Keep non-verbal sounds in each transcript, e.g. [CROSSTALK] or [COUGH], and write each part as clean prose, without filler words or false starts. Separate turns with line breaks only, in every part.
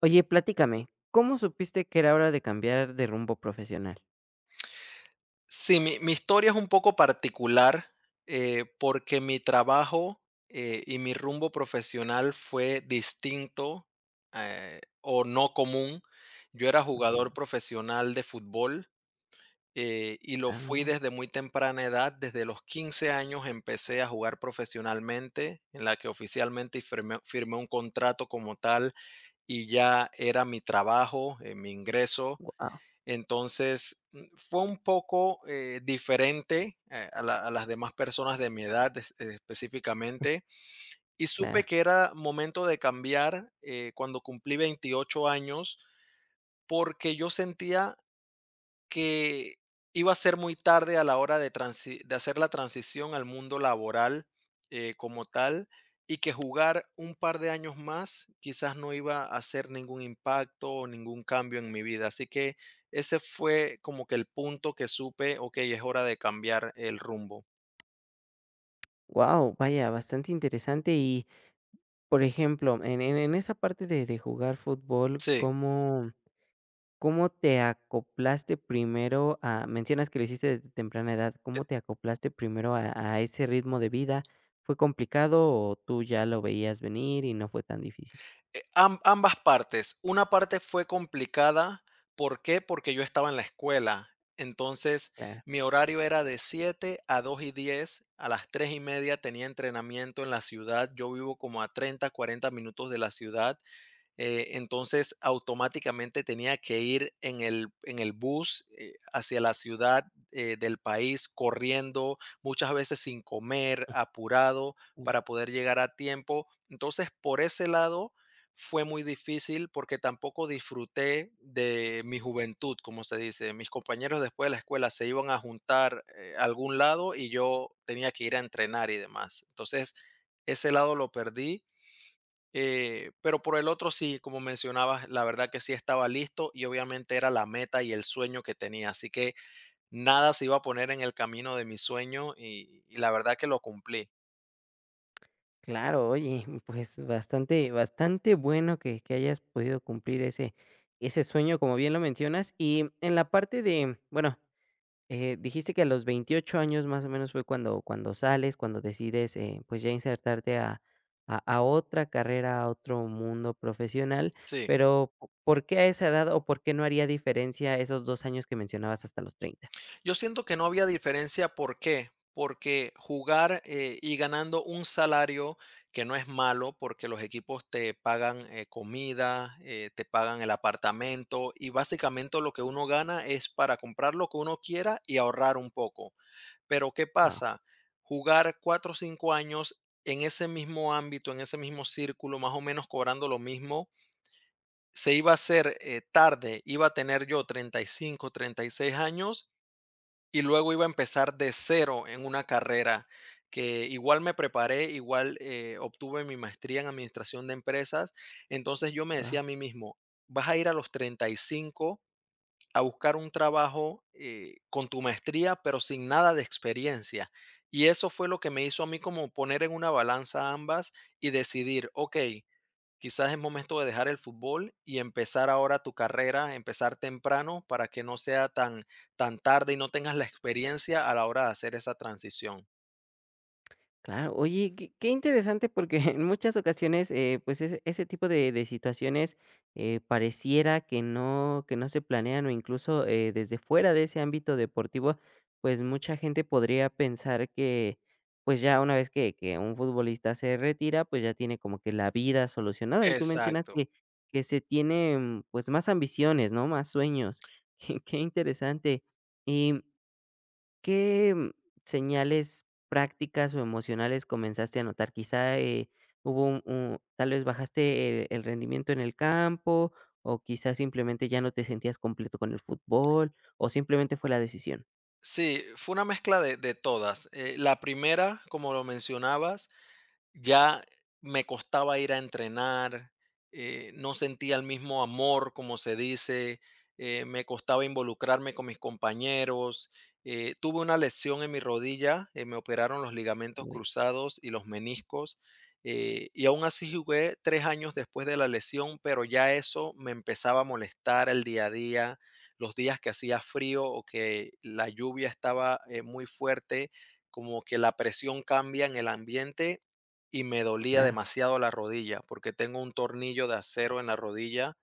Oye, platícame, ¿cómo supiste que era hora de cambiar de rumbo profesional?
Sí, mi historia es un poco particular, porque mi trabajo, y mi rumbo profesional fue distinto, o no común. Yo era
Okey.
jugador profesional de fútbol, y lo
Ah,
fui
mira,
desde muy temprana edad. Desde los 15 años empecé a jugar profesionalmente, en la que oficialmente firmé un contrato como tal, y ya era mi trabajo, mi ingreso.
guau,
Entonces, fue un poco diferente a las demás personas de mi edad específicamente y supe
claro.
que era momento de cambiar cuando cumplí 28 años porque yo sentía que iba a ser muy tarde a la hora de, de hacer la transición al mundo laboral como tal y que jugar un par de años más quizás no iba a hacer ningún impacto o ningún cambio en mi vida. Así que ese fue como que el punto que supe, ok, es hora de cambiar el rumbo.
Wow, vaya, bastante interesante. Y, por ejemplo, en esa parte de jugar fútbol,
Sí.
¿cómo te acoplaste primero a mencionas que lo hiciste desde temprana edad, ¿cómo te acoplaste primero a ese ritmo de vida? ¿Fue complicado o tú ya lo veías venir y no fue tan difícil?
Am ambas partes. Una parte fue complicada, ¿por qué? Porque yo estaba en la escuela. Entonces,
Claro.
mi horario era de 7 a dos y diez, a las 3:30 tenía entrenamiento en la ciudad. Yo vivo como a 30 40 minutos de la ciudad. Entonces, automáticamente tenía que ir en el bus hacia la ciudad del país, corriendo, muchas veces sin comer, apurado, para poder llegar a tiempo. Entonces, por ese lado, fue muy difícil porque tampoco disfruté de mi juventud, como se dice. Mis compañeros después de la escuela se iban a juntar a algún lado y yo tenía que ir a entrenar y demás. Entonces, ese lado lo perdí, pero por el otro sí, como mencionabas, la verdad que sí estaba listo y obviamente era la meta y el sueño que tenía, así que nada se iba a poner en el camino de mi sueño y la verdad que lo cumplí.
Claro, oye, pues bastante, bastante bueno que hayas podido cumplir ese, ese sueño, como bien lo mencionas. Y en la parte de, bueno, dijiste que a los 28 años más o menos fue cuando sales, cuando decides, pues, ya insertarte a a otra carrera, a otro mundo profesional,
Sí,
pero, ¿po ¿por qué a esa edad o por qué no haría diferencia esos 2 años que mencionabas hasta los treinta?
yo siento que no había diferencia, ¿por qué? Porque jugar y ganando un salario que no es malo, porque los equipos te pagan comida, te pagan el apartamento y básicamente lo que uno gana es para comprar lo que uno quiera y ahorrar un poco. Pero ¿qué
Ah,
pasa? Jugar 4 o 5 años en ese mismo ámbito, en ese mismo círculo, más o menos cobrando lo mismo, se iba a hacer tarde, iba a tener yo 30, 35, 36 años y luego iba a empezar de cero en una carrera que igual me preparé, igual obtuve mi maestría en administración de empresas, entonces yo me
ah.
decía a mí mismo, vas a ir a los 35 a buscar un trabajo con tu maestría, pero sin nada de experiencia. Y eso fue lo que me hizo a mí como poner en una balanza ambas y decidir, ok, quizás es momento de dejar el fútbol y empezar ahora tu carrera, empezar temprano para que no sea tan, tan tarde y no tengas la experiencia a la hora de hacer esa transición.
Claro, oye, qué, qué interesante porque [LAUGHS] en muchas ocasiones, pues ese tipo de situaciones pareciera que no se planean o incluso desde fuera de ese ámbito deportivo, pues mucha gente podría pensar que pues ya una vez que un futbolista se retira, pues ya tiene como que la vida solucionada. Y tú mencionas
Exacto.
que se tienen pues más ambiciones, ¿no? Más sueños. [LAUGHS] Qué, qué interesante. ¿Qué, señales prácticas o emocionales comenzaste a notar? Quizá, hubo un tal vez bajaste, el rendimiento en el campo, o quizás simplemente ya no te sentías completo con el fútbol, o simplemente fue la decisión.
Sí, fue una mezcla de todas. La primera, como lo mencionabas, ya me costaba ir a entrenar, no sentía el mismo amor, como se dice, me costaba involucrarme con mis compañeros. Tuve una lesión en mi rodilla, me operaron los ligamentos
Uy.
cruzados y los meniscos, y aún así jugué 3 años después de la lesión, pero ya eso me empezaba a molestar el día a día, los días que hacía frío o que la lluvia estaba muy fuerte, como que la presión cambia en el ambiente y me dolía
Claro.
demasiado la rodilla porque tengo un tornillo de acero en la rodilla.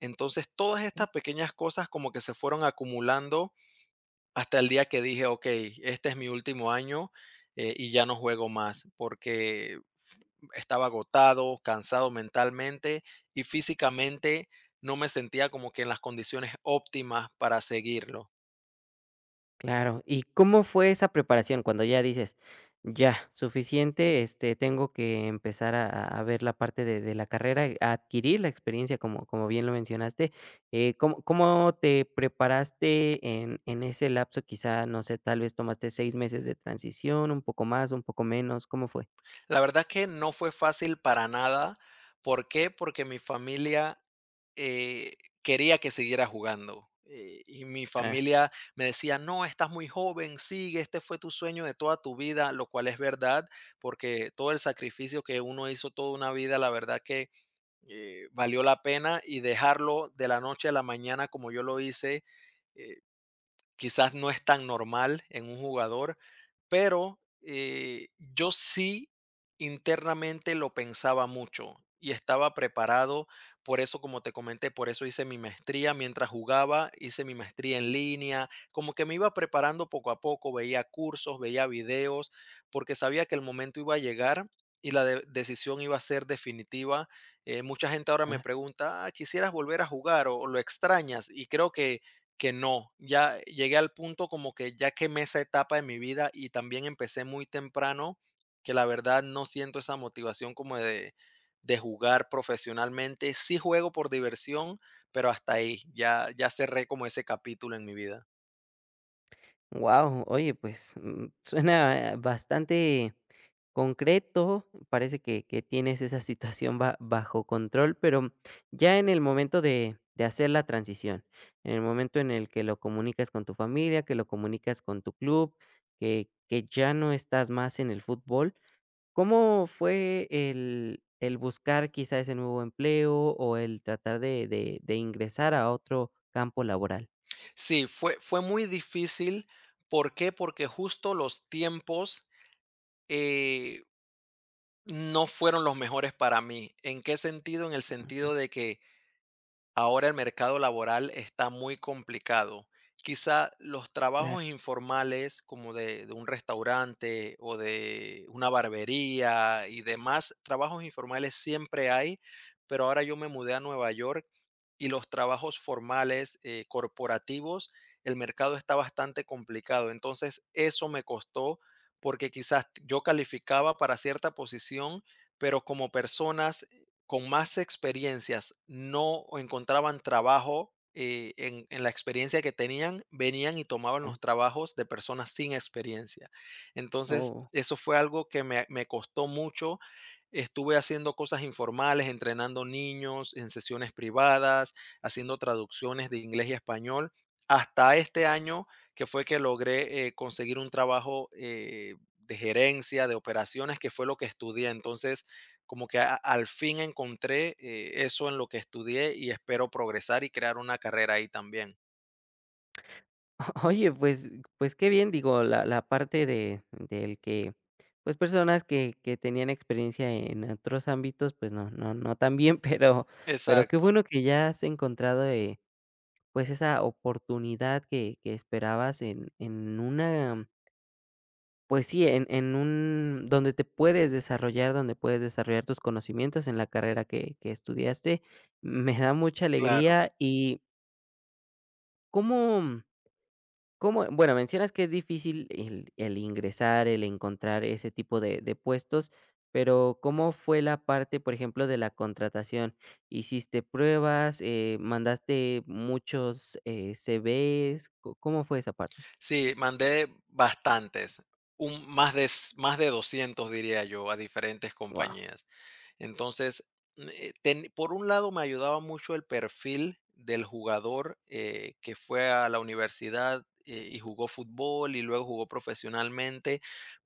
Entonces, todas estas pequeñas cosas como que se fueron acumulando hasta el día que dije, ok, este es mi último año y ya no juego más porque estaba agotado, cansado mentalmente y físicamente no me sentía como que en las condiciones óptimas para seguirlo.
Claro, ¿y cómo fue esa preparación? Cuando ya dices: "Ya, suficiente, este, tengo que empezar a ver la parte de la carrera, a adquirir la experiencia", como bien lo mencionaste, ¿cómo te preparaste en ese lapso? Quizá, no sé, tal vez tomaste 6 meses de transición, un poco más, un poco menos, ¿cómo fue?
La verdad que no fue fácil para nada. ¿Por qué? Porque mi familia, eh, quería que siguiera jugando, y mi familia me decía: "No, estás muy joven, sigue, este fue tu sueño de toda tu vida", lo cual es verdad, porque todo el sacrificio que uno hizo toda una vida, la verdad que, valió la pena, y dejarlo de la noche a la mañana como yo lo hice, eh quizás no es tan normal en un jugador, pero, yo sí internamente lo pensaba mucho y estaba preparado. Por eso, como te comenté, por eso hice mi maestría mientras jugaba, hice mi maestría en línea, como que me iba preparando poco a poco, veía cursos, veía videos, porque sabía que el momento iba a llegar y la de decisión iba a ser definitiva. Mucha gente ahora me
Ajá.
pregunta: "Ah, ¿quisieras volver a jugar o lo extrañas?". Y creo que no, ya llegué al punto como que ya quemé esa etapa de mi vida y también empecé muy temprano, que la verdad no siento esa motivación como de jugar profesionalmente. Sí juego por diversión, pero hasta ahí, ya, ya cerré como ese capítulo en mi vida.
Wow, oye, pues, suena bastante concreto, parece que tienes esa situación ba bajo control, pero ya en el momento de hacer la transición, en el momento en el que lo comunicas con tu familia, que lo comunicas con tu club, que ya no estás más en el fútbol, ¿cómo fue el buscar quizá ese nuevo empleo o el tratar de de ingresar a otro campo laboral?
Sí, fue muy difícil. ¿Por qué? Porque justo los tiempos eh, no fueron los mejores para mí. ¿En qué sentido? En el
Okey,
sentido de que ahora el mercado laboral está muy complicado. Quizá los
claro.
trabajos informales como de un restaurante o de una barbería y demás, trabajos informales siempre hay, pero ahora yo me mudé a Nueva York y los trabajos formales corporativos, el mercado está bastante complicado. Entonces eso me costó porque quizás yo calificaba para cierta posición, pero como personas con más experiencias no encontraban trabajo en la experiencia que tenían, venían y tomaban
Ah,
los trabajos de personas sin experiencia. Entonces,
oh.
eso fue algo que me costó mucho. Estuve haciendo cosas informales, entrenando niños en sesiones privadas, haciendo traducciones de inglés y español, hasta este año que fue que logré conseguir un trabajo de gerencia, de operaciones, que fue lo que estudié. Entonces, como que al fin encontré eso en lo que estudié y espero progresar y crear una carrera ahí también.
[LAUGHS] Oye, pues qué bien, digo, la parte de del que, pues, personas que tenían experiencia en otros ámbitos, pues, no tan bien, [LAUGHS] pero qué
Exacto,
bueno que ya has encontrado, pues, esa oportunidad que esperabas en una, pues sí, en un donde te puedes desarrollar, donde puedes desarrollar tus conocimientos en la carrera que estudiaste. Me da mucha
claro.
alegría. ¿Y cómo? ¿Cómo? Bueno, mencionas que es difícil el ingresar, el encontrar ese tipo de puestos, pero, ¿cómo fue la parte, por ejemplo, de la contratación? ¿Hiciste pruebas? ¿Mandaste muchos, CVs? ¿Co ¿Cómo fue esa parte?
Sí, mandé bastantes, más de, más de 200 diría yo, a diferentes
Wow.
compañías. Entonces, por un lado me ayudaba mucho el perfil del jugador que fue a la universidad y jugó fútbol y luego jugó profesionalmente.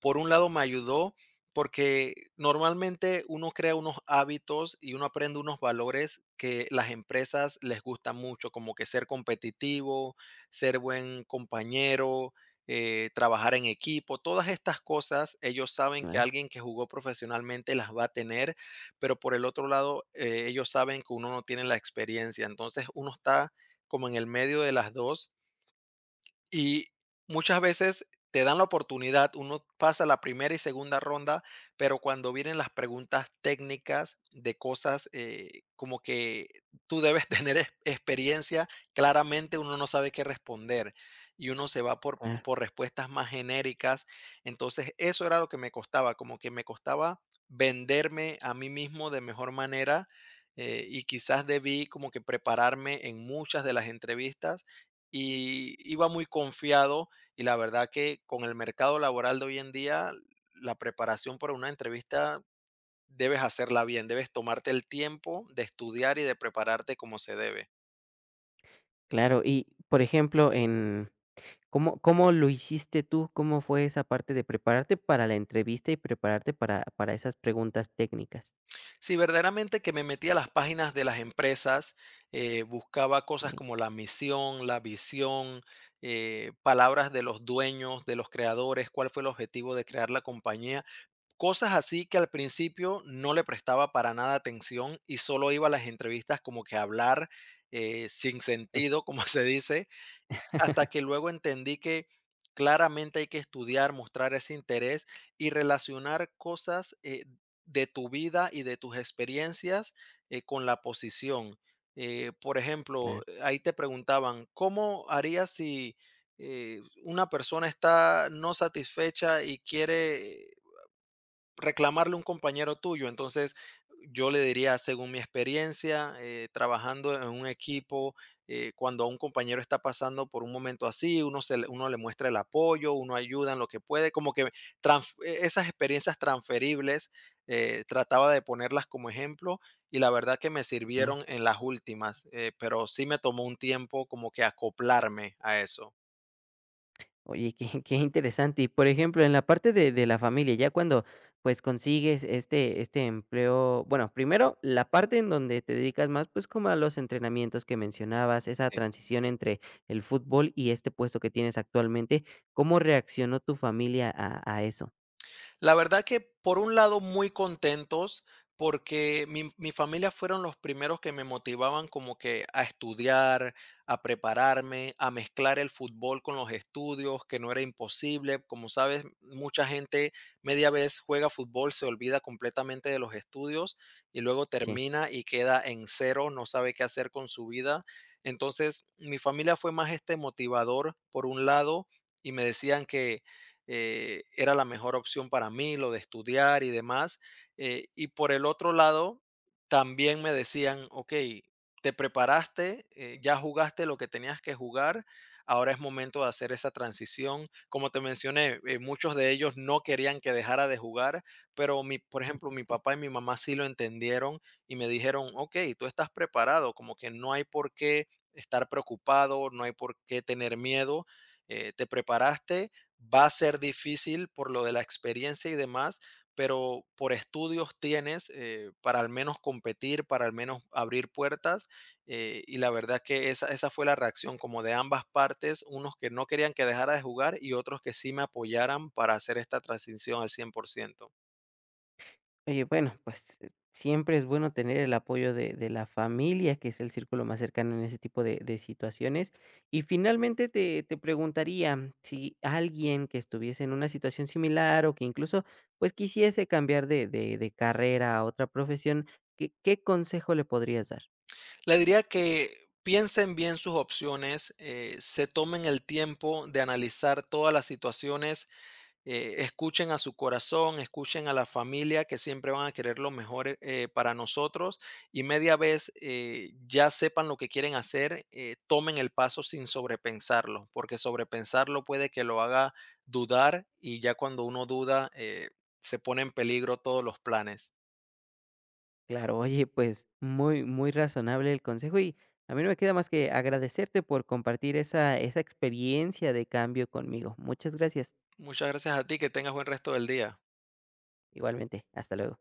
Por un lado me ayudó porque normalmente uno crea unos hábitos y uno aprende unos valores que las empresas les gusta mucho, como que ser competitivo, ser buen compañero, trabajar en equipo, todas estas cosas, ellos saben que
Claro,
alguien que jugó profesionalmente las va a tener, pero por el otro lado, ellos saben que uno no tiene la experiencia. Entonces uno está como en el medio de las dos y muchas veces te dan la oportunidad, uno pasa la primera y segunda ronda, pero cuando vienen las preguntas técnicas de cosas como que tú debes [LAUGHS] tener experiencia, claramente uno no sabe qué responder y uno se va
claro,
por respuestas más genéricas. Entonces eso era lo que me costaba, como que me costaba venderme a mí mismo de mejor manera, y quizás debí como que prepararme en muchas de las entrevistas y iba muy confiado y la verdad que con el mercado laboral de hoy en día, la preparación para una entrevista debes hacerla bien, debes tomarte el tiempo de estudiar y de prepararte como se debe.
claro. Y, por ejemplo, en ¿cómo lo hiciste tú? ¿Cómo fue esa parte de prepararte para la entrevista y prepararte para esas preguntas técnicas?
Sí, verdaderamente que me metí a las páginas de las empresas, buscaba cosas
Eh,
como la misión, la visión, palabras de los dueños, de los creadores, cuál fue el objetivo de crear la compañía. Cosas así que al principio no le prestaba para nada atención y solo iba a las entrevistas como que a hablar sin sentido, como [LAUGHS] se dice, hasta que luego entendí que claramente hay que estudiar, mostrar ese interés y relacionar cosas de tu vida y de tus experiencias con la posición. Por ejemplo,
claro,
ahí te preguntaban, ¿cómo harías si una persona está no satisfecha y quiere reclamarle a un compañero tuyo? Entonces, yo le diría, según mi experiencia, trabajando en un equipo, cuando a un compañero está pasando por un momento así, uno, uno le muestra el apoyo, uno ayuda en lo que puede, como que esas experiencias transferibles, trataba de ponerlas como ejemplo y la verdad que me
claro.
sirvieron en las últimas, pero sí me tomó un tiempo como que acoplarme a eso.
Oye, qué [LAUGHS] qué interesante. Y, por ejemplo, en la parte de la familia, ya cuando, pues, consigues este empleo, bueno, primero, la parte en donde te dedicas más, pues, como a los entrenamientos que mencionabas, esa transición entre el fútbol y este puesto que tienes actualmente, ¿cómo reaccionó tu familia a eso?
La verdad que por un lado muy contentos porque mi familia fueron los primeros que me motivaban como que a estudiar, a prepararme, a mezclar el fútbol con los estudios, que no era imposible. Como sabes, mucha gente media vez juega fútbol, se olvida completamente de los estudios y luego
Sí.
termina y queda en cero, no sabe qué hacer con su vida. Entonces, mi familia fue más este motivador por un lado y me decían que era la mejor opción para mí, lo de estudiar y demás. Y por el otro lado, también me decían, ok, te preparaste, ya jugaste lo que tenías que jugar, ahora es momento de hacer esa transición. Como te mencioné, muchos de ellos no querían que dejara de jugar, pero por ejemplo, mi
[LAUGHS]
papá y mi mamá sí lo entendieron y me dijeron, ok, tú estás preparado, como que no hay por qué estar preocupado, no hay por qué tener miedo, te preparaste. Va a ser difícil por lo de la experiencia y demás, pero por estudios tienes para al menos competir, para al menos abrir puertas. Y la verdad que esa fue la reacción como de ambas partes, unos que no querían que dejara de jugar y otros que sí me apoyaran para hacer esta transición al 100%.
Oye, bueno, pues, siempre es bueno tener el apoyo de la familia, que es el círculo más cercano en ese tipo de situaciones. Y finalmente te preguntaría, si alguien que estuviese en una situación similar o que incluso, pues, quisiese cambiar de de carrera a otra profesión, ¿qué consejo le podrías dar?
Le diría que piensen bien sus opciones, se tomen el tiempo de analizar todas las situaciones, escuchen a su corazón, escuchen a la familia que siempre van a querer lo mejor para nosotros y media vez, ya sepan lo que quieren hacer, tomen el paso sin sobrepensarlo, porque sobrepensarlo puede que lo haga dudar y ya cuando uno duda se pone en peligro todos los planes.
Claro, oye, pues, muy muy razonable el consejo, y a mí no me queda más que agradecerte por compartir esa experiencia de cambio conmigo. Muchas gracias.
Muchas gracias a ti, que tengas buen resto del día.
Igualmente, hasta luego.